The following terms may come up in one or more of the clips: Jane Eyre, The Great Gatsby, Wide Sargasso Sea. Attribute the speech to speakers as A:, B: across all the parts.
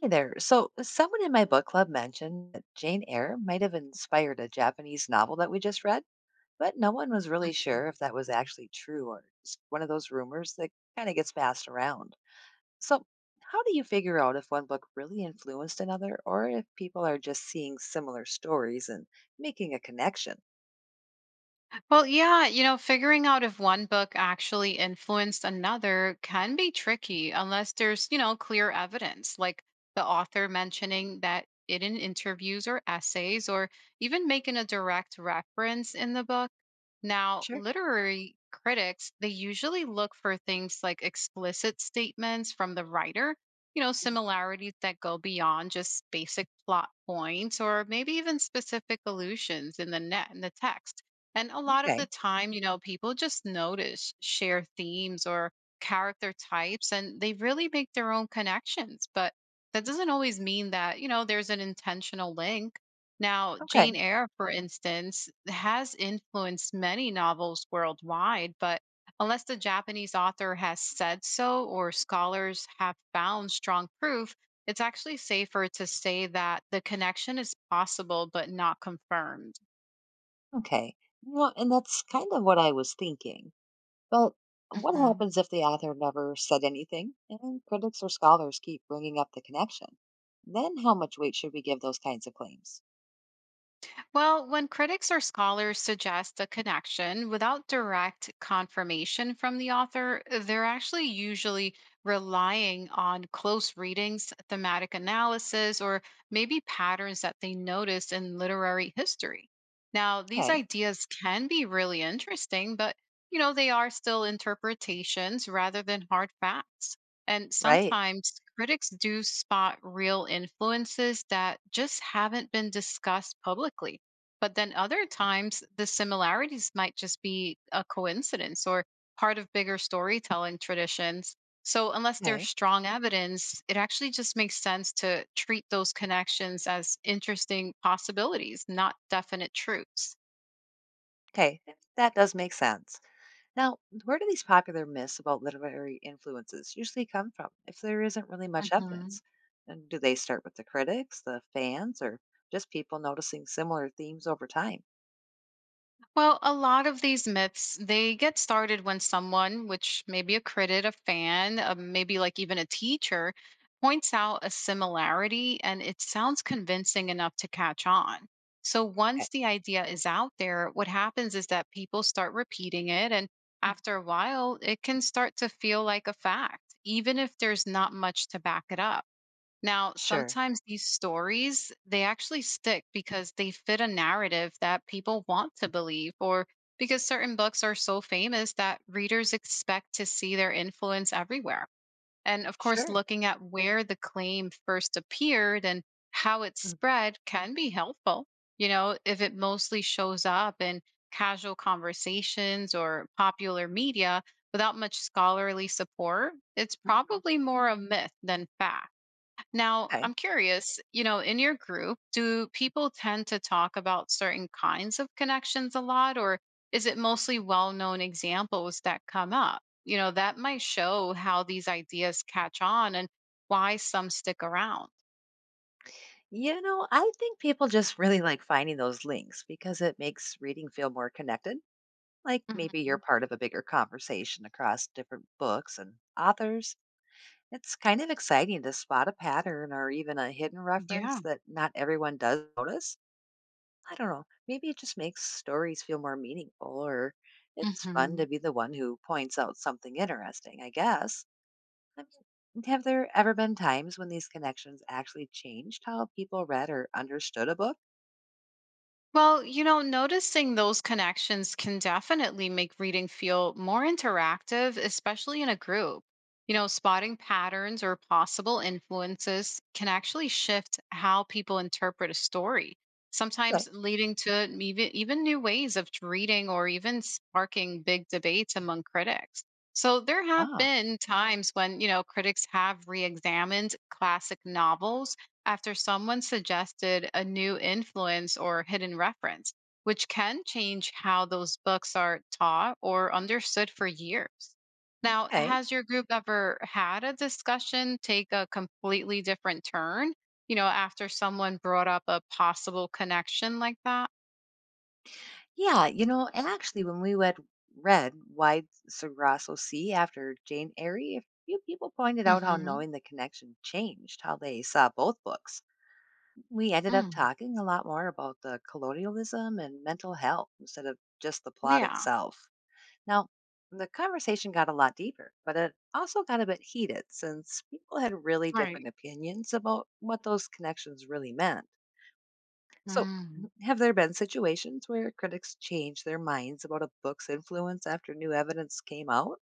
A: Hey there. So, someone in my book club mentioned that Jane Eyre might have inspired a Japanese novel that we just read, but no one was really sure if that was actually true or just one of those rumors that kind of gets passed around. So, how do you figure out if one book really influenced another or if people are just seeing similar stories and making a connection?
B: Well, yeah, figuring out if one book actually influenced another can be tricky unless there's clear evidence, like the author mentioning that it in interviews or essays, or even making a direct reference in the book. Now,
A: Sure.
B: literary critics, they usually look for things like explicit statements from the writer,
A: Mhm.
B: similarities that go beyond just basic plot points, or maybe even specific allusions in the net in the text. And a lot of the
A: Okay.
B: time, people just notice share themes or character types and they really make their own connections. But that doesn't always mean that there's an intentional link. Now,
A: Okay.
B: Jane Eyre, for instance, has influenced many novels worldwide, but unless the Japanese author has said so or scholars have found strong proof, it's actually safer to say that the connection is possible but not confirmed.
A: Okay. Well, and that's kind of what I was thinking. Well, what
B: Mhm.
A: happens if the author never said anything and critics or scholars keep bringing up the connection? Then how much weight should we give those kinds of claims?
B: Well, when critics or scholars suggest a connection without direct confirmation from the author, they're actually usually relying on close readings, thematic analysis, or maybe patterns that they notice in literary history. Now, these
A: Okay,
B: ideas can be really interesting, but they are still interpretations rather than hard facts. And
A: right.
B: sometimes critics do spot real influences that just haven't been discussed publicly. But then other times, the similarities might just be a coincidence or part of bigger storytelling traditions. So, unless there's
A: Okay,
B: strong evidence, it actually just makes sense to treat those connections as interesting possibilities, not definite truths.
A: okay. That does make sense. Now, where do these popular myths about literary influences usually come from if there isn't really much
B: Mhm.
A: evidence? And do they start with the critics, the fans, or just people noticing similar themes over time?
B: Well, a lot of these myths, they get started when someone, which may be a critic, a fan, maybe like even a teacher, points out a similarity and it sounds convincing enough to catch on. So
A: Okay.
B: once the idea is out there, what happens is that people start repeating it. And
A: Mm.
B: after a while, it can start to feel like a fact, even if there's not much to back it up. Now,
A: Sure,
B: sometimes these stories, they actually stick because they fit a narrative that people want to believe or because certain books are so famous that readers expect to see their influence everywhere. And of course,
A: sure.
B: looking at where the claim first appeared and how it
A: Mm,
B: spread can be helpful. You know, if it mostly shows up in casual conversations or popular media without much scholarly support, it's
A: mhm.
B: probably more a myth than fact. Now,
A: Okay.
B: I'm curious, in your group, do people tend to talk about certain kinds of connections a lot, or is it mostly well known examples that come up? You know, that might show how these ideas catch on and why some stick around.
A: You know, I think people just really like finding those links because it makes reading feel more connected. Like maybe you're
B: Mhm.
A: part of a bigger conversation across different books and authors. It's kind of exciting to spot a pattern or even a hidden
B: Yeah.
A: reference that not everyone does notice. I don't know. Maybe it just makes stories feel more meaningful, or it's fun to
B: Mhm.
A: be the one who points out something interesting, I guess. I mean, have there ever been times when these connections actually changed how people read or understood a book?
B: Well, noticing those connections can definitely make reading feel more interactive, especially in a group. You know, spotting patterns or possible influences can actually shift how people interpret a story,
A: Okay.
B: sometimes leading to even new ways of reading or even sparking big debates among critics. So there have
A: Ah,
B: been times when, critics have re examined classic novels after someone suggested a new influence or hidden reference, which can change how those books are taught or understood for years. Now,
A: okay.
B: has your group ever had a discussion take a completely different turn? You know, after someone brought up a possible connection like that?
A: Yeah, you know, and actually, when we read Wide Sargasso Sea after Jane Eyre, a few people pointed out how
B: Hmm.
A: knowing the connection changed how they saw both books. We ended up
B: Mm.
A: talking a lot more about the colonialism and mental health instead of just the plot
B: Yeah,
A: itself. Now, the conversation got a lot deeper, but it also got a bit heated since people had really
B: right.
A: different opinions about what those connections really meant. So,
B: Mm.
A: have there been situations where critics changed their minds about a book's influence after new evidence came out?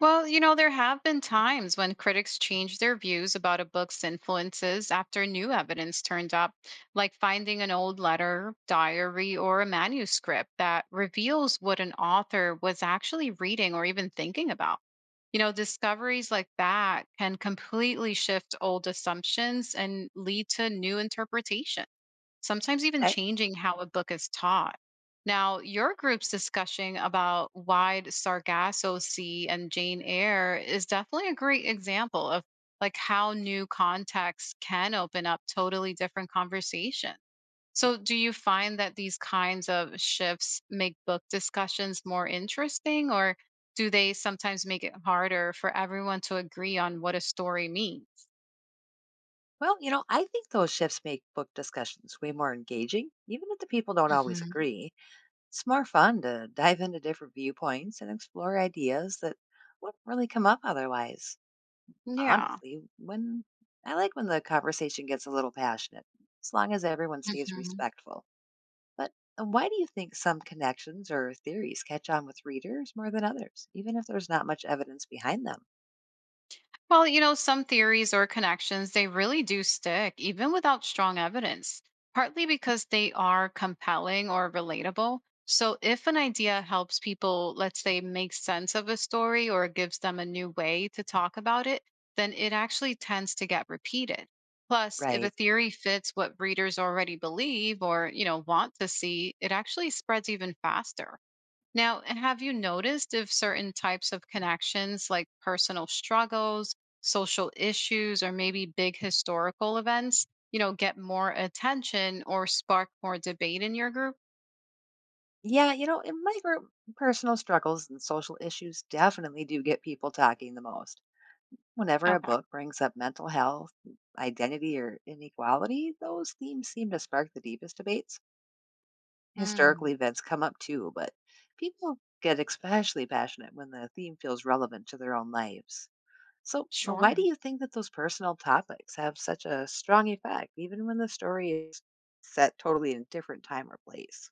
B: Well, there have been times when critics changed their views about a book's influences after new evidence turned up, like finding an old letter, diary, or a manuscript that reveals what an author was actually reading or even thinking about. You know, discoveries like that can completely shift old assumptions and lead to new interpretations sometimes even
A: Okay.
B: changing how a book is taught. Now, your group's discussion about wide Sargasso Sea and Jane Eyre is definitely a great example of like how new contexts can open up totally different conversation. So, do you find that these kinds of shifts make book discussions more interesting or do they sometimes make it harder for everyone to agree on what a story means?
A: Well, you know, I think those shifts make book discussions way more engaging, even if the people don't always
B: Hmm.
A: agree. It's more fun to dive into different viewpoints and explore ideas that wouldn't really come up otherwise.
B: Yeah.
A: Honestly, when I like when the conversation gets a little passionate, as long as everyone stays respectful. But why do you think some connections or theories catch on with readers more than others, even if there's not much evidence behind them?
B: Well, some theories or connections, they really do stick, even without strong evidence, partly because they are compelling or relatable. So, if an idea helps people, let's say, make sense of a story or gives them a new way to talk about it, then it actually tends to get repeated. Plus, if a
A: Right.
B: theory fits what readers already believe or want to see, it actually spreads even faster. Now, have you noticed if certain types of connections, like personal struggles, social issues, or maybe big historical events, get more attention or spark more debate in your group?
A: Yeah, you know, in my group, personal struggles and social issues definitely do get people talking the most. Whenever a
B: Okay.
A: book brings up mental health, identity, or inequality, those themes seem to spark the deepest debates. Historical
B: Hmm.
A: events come up too, but people get especially passionate when the theme feels relevant to their own lives. So, why do
B: Sure.
A: you think that those personal topics have such a strong effect, even when the story is set totally in a different time or place?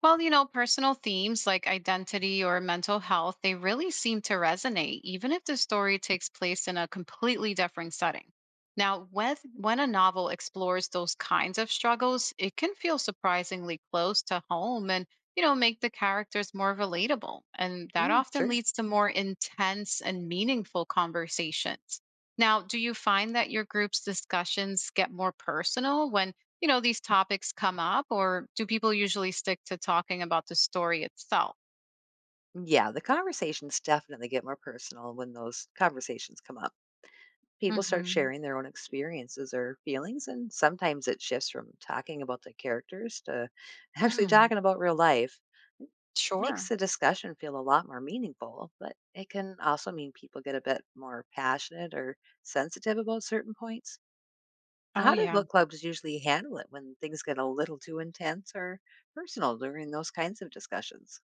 B: Well, personal themes like identity or mental health, they really seem to resonate, even if the story takes place in a completely different setting. Now, when a novel explores those kinds of struggles, it can feel surprisingly close to home and, make the characters more relatable. And that
A: Mm,
B: often
A: sure.
B: leads to more intense and meaningful conversations. Now, do you find that your group's discussions get more personal when? You know, these topics come up, or do people usually stick to talking about the story itself?
A: Yeah, the conversations definitely get more personal when those conversations come up. People start
B: Mm-hmm.
A: sharing their own experiences or feelings, and sometimes it shifts from talking about the characters to actually
B: Mm.
A: talking about real life. Makes
B: Sure.
A: the discussion feel a lot more meaningful, but it can also mean people get a bit more passionate or sensitive about certain points.
B: Oh,
A: How do
B: yeah.
A: book clubs usually handle it when things get a little too intense or personal during those kinds of discussions?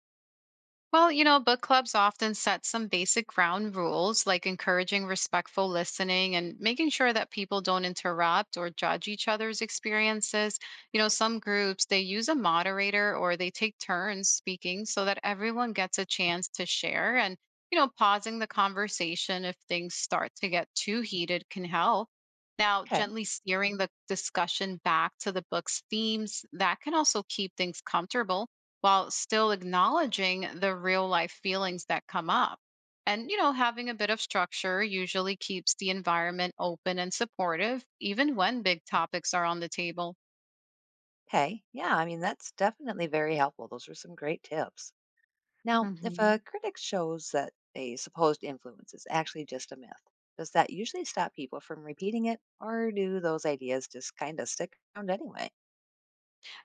B: Well, book clubs often set some basic ground rules, like encouraging respectful listening and making sure that people don't interrupt or judge each other's experiences. You know, some groups, they use a moderator or they take turns speaking so that everyone gets a chance to share and, pausing the conversation if things start to get too heated can help. Now,
A: Okay.
B: gently steering the discussion back to the book's themes, that can also keep things comfortable while still acknowledging the real life feelings that come up. And, having a bit of structure usually keeps the environment open and supportive, even when big topics are on the table.
A: Hey, yeah, I mean, that's definitely very helpful. Those are some great tips. Now, if
B: Hmm.
A: a critic shows that a supposed influence is actually just a myth, does that usually stop people from repeating it, or do those ideas just kind of stick around anyway?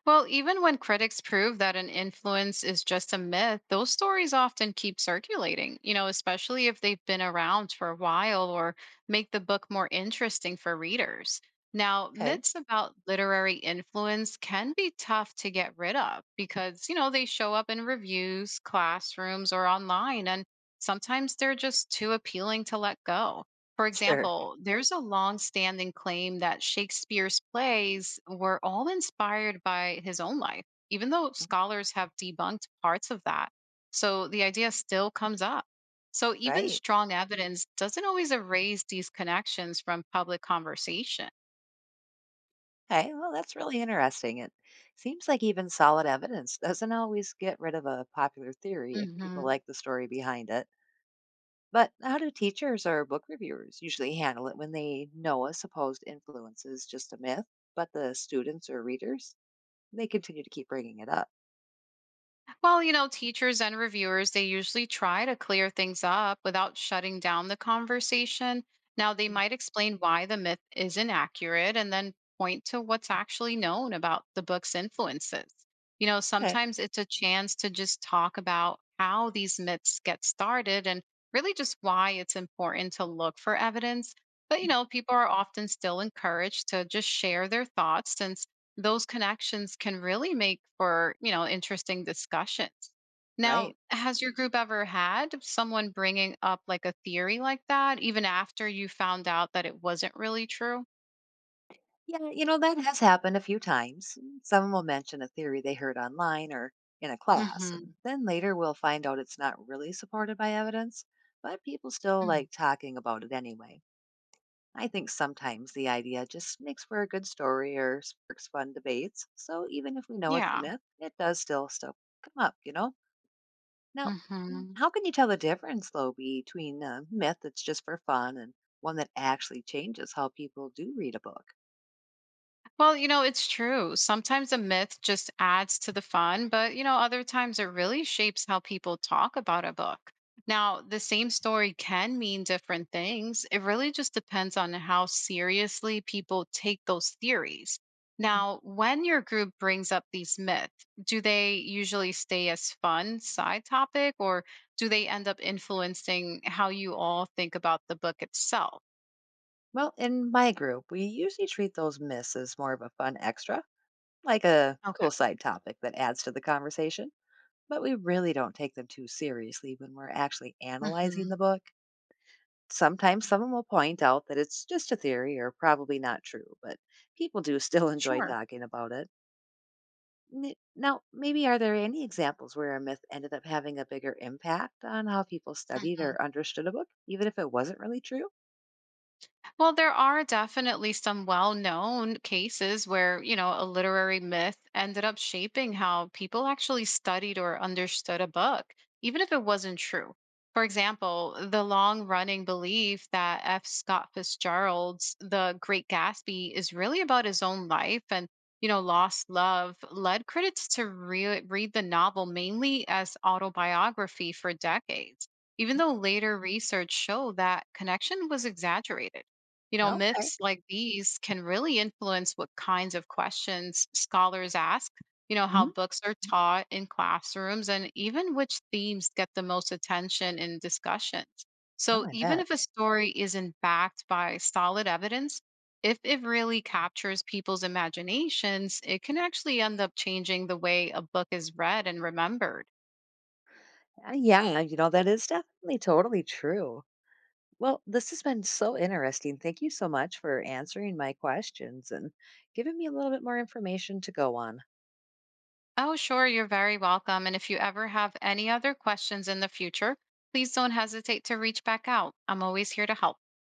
B: Well, even when critics prove that an influence is just a myth, those stories often keep circulating, especially if they've been around for a while or make the book more interesting for readers. Now,
A: Okay,
B: myths about literary influence can be tough to get rid of because, they show up in reviews, classrooms, or online, and sometimes they're just too appealing to let go. For
A: sure.
B: example, there's a long-standing claim that Shakespeare's plays were all inspired by his own life, even though
A: Mm,
B: scholars have debunked parts of that. So the idea still comes up. So even
A: right.
B: strong evidence doesn't always erase these connections from public conversation.
A: Okay. Well, that's really interesting. It seems like even solid evidence doesn't always get rid of a popular theory if people like the story behind it. But how do teachers or book reviewers usually handle it when they know a supposed influence is just a myth, but the students or readers, they continue to keep bringing it up?
B: Well, teachers and reviewers, they usually try to clear things up without shutting down the conversation. Now, they might explain why the myth is inaccurate and then point to what's actually known about the book's influences. You know,
A: Okay.
B: sometimes it's a chance to just talk about how these myths get started and really just why it's important to look for evidence. But, people are often still encouraged to just share their thoughts since those connections can really make for, interesting discussions.
A: Right.
B: Now, has your group ever had someone bringing up like a theory like that, even after you found out that it wasn't really true?
A: Yeah, you know, that has happened a few times. Someone will mention a theory they heard online or in a class,
B: Hmm.
A: and then later we'll find out it's not really supported by evidence, but people still like talking about it anyway. I think sometimes the idea just makes for a good story or sparks fun debates. So even if we know it's a
B: Yeah.
A: myth, it does still come up, you know? Now, mm,
B: Hmm.
A: how can you tell the difference though between a myth that's just for fun and one that actually changes how people do read a book?
B: Well, it's true. Sometimes a myth just adds to the fun, but, other times it really shapes how people talk about a book. Now, the same story can mean different things. It really just depends on how seriously people take those theories. Now, when your group brings up these myths, do they usually stay as fun side topic or do they end up influencing how you all think about the book itself?
A: Well, in my group, we usually treat those myths as more of a fun extra, like a
B: Okay.
A: cool side topic that adds to the conversation, but we really don't take them too seriously when we're actually analyzing
B: Hmm.
A: the book. Sometimes someone will point out that it's just a theory or probably not true, but people do still enjoy
B: Sure.
A: talking about it. Now, maybe are there any examples where a myth ended up having a bigger impact on how people studied or understood a book, even if it wasn't really true?
B: Well, there are definitely some well known cases where, a literary myth ended up shaping how people actually studied or understood a book, even if it wasn't true. For example, the long running belief that F. Scott Fitzgerald's The Great Gatsby is really about his own life and, lost love led critics to re- read the novel mainly as autobiography for decades, even though later research showed that connection was exaggerated. You know,
A: Okay.
B: myths like these can really influence what kinds of questions scholars ask, how
A: Hmm.
B: books are taught in classrooms, and even which themes get the most attention in discussions.
A: Oh,
B: So,
A: I
B: even
A: bet.
B: if a story isn't backed by solid evidence, if it really captures people's imaginations, it can actually end up changing the way a book is read and remembered.
A: Yeah, you know, that is definitely totally true. Well, this has been so interesting. Thank you so much for answering my questions and giving me a little bit more information to go on.
B: Oh, sure, you're very welcome. And if you ever have any other questions in the future, please don't hesitate to reach back out. I'm always here to help.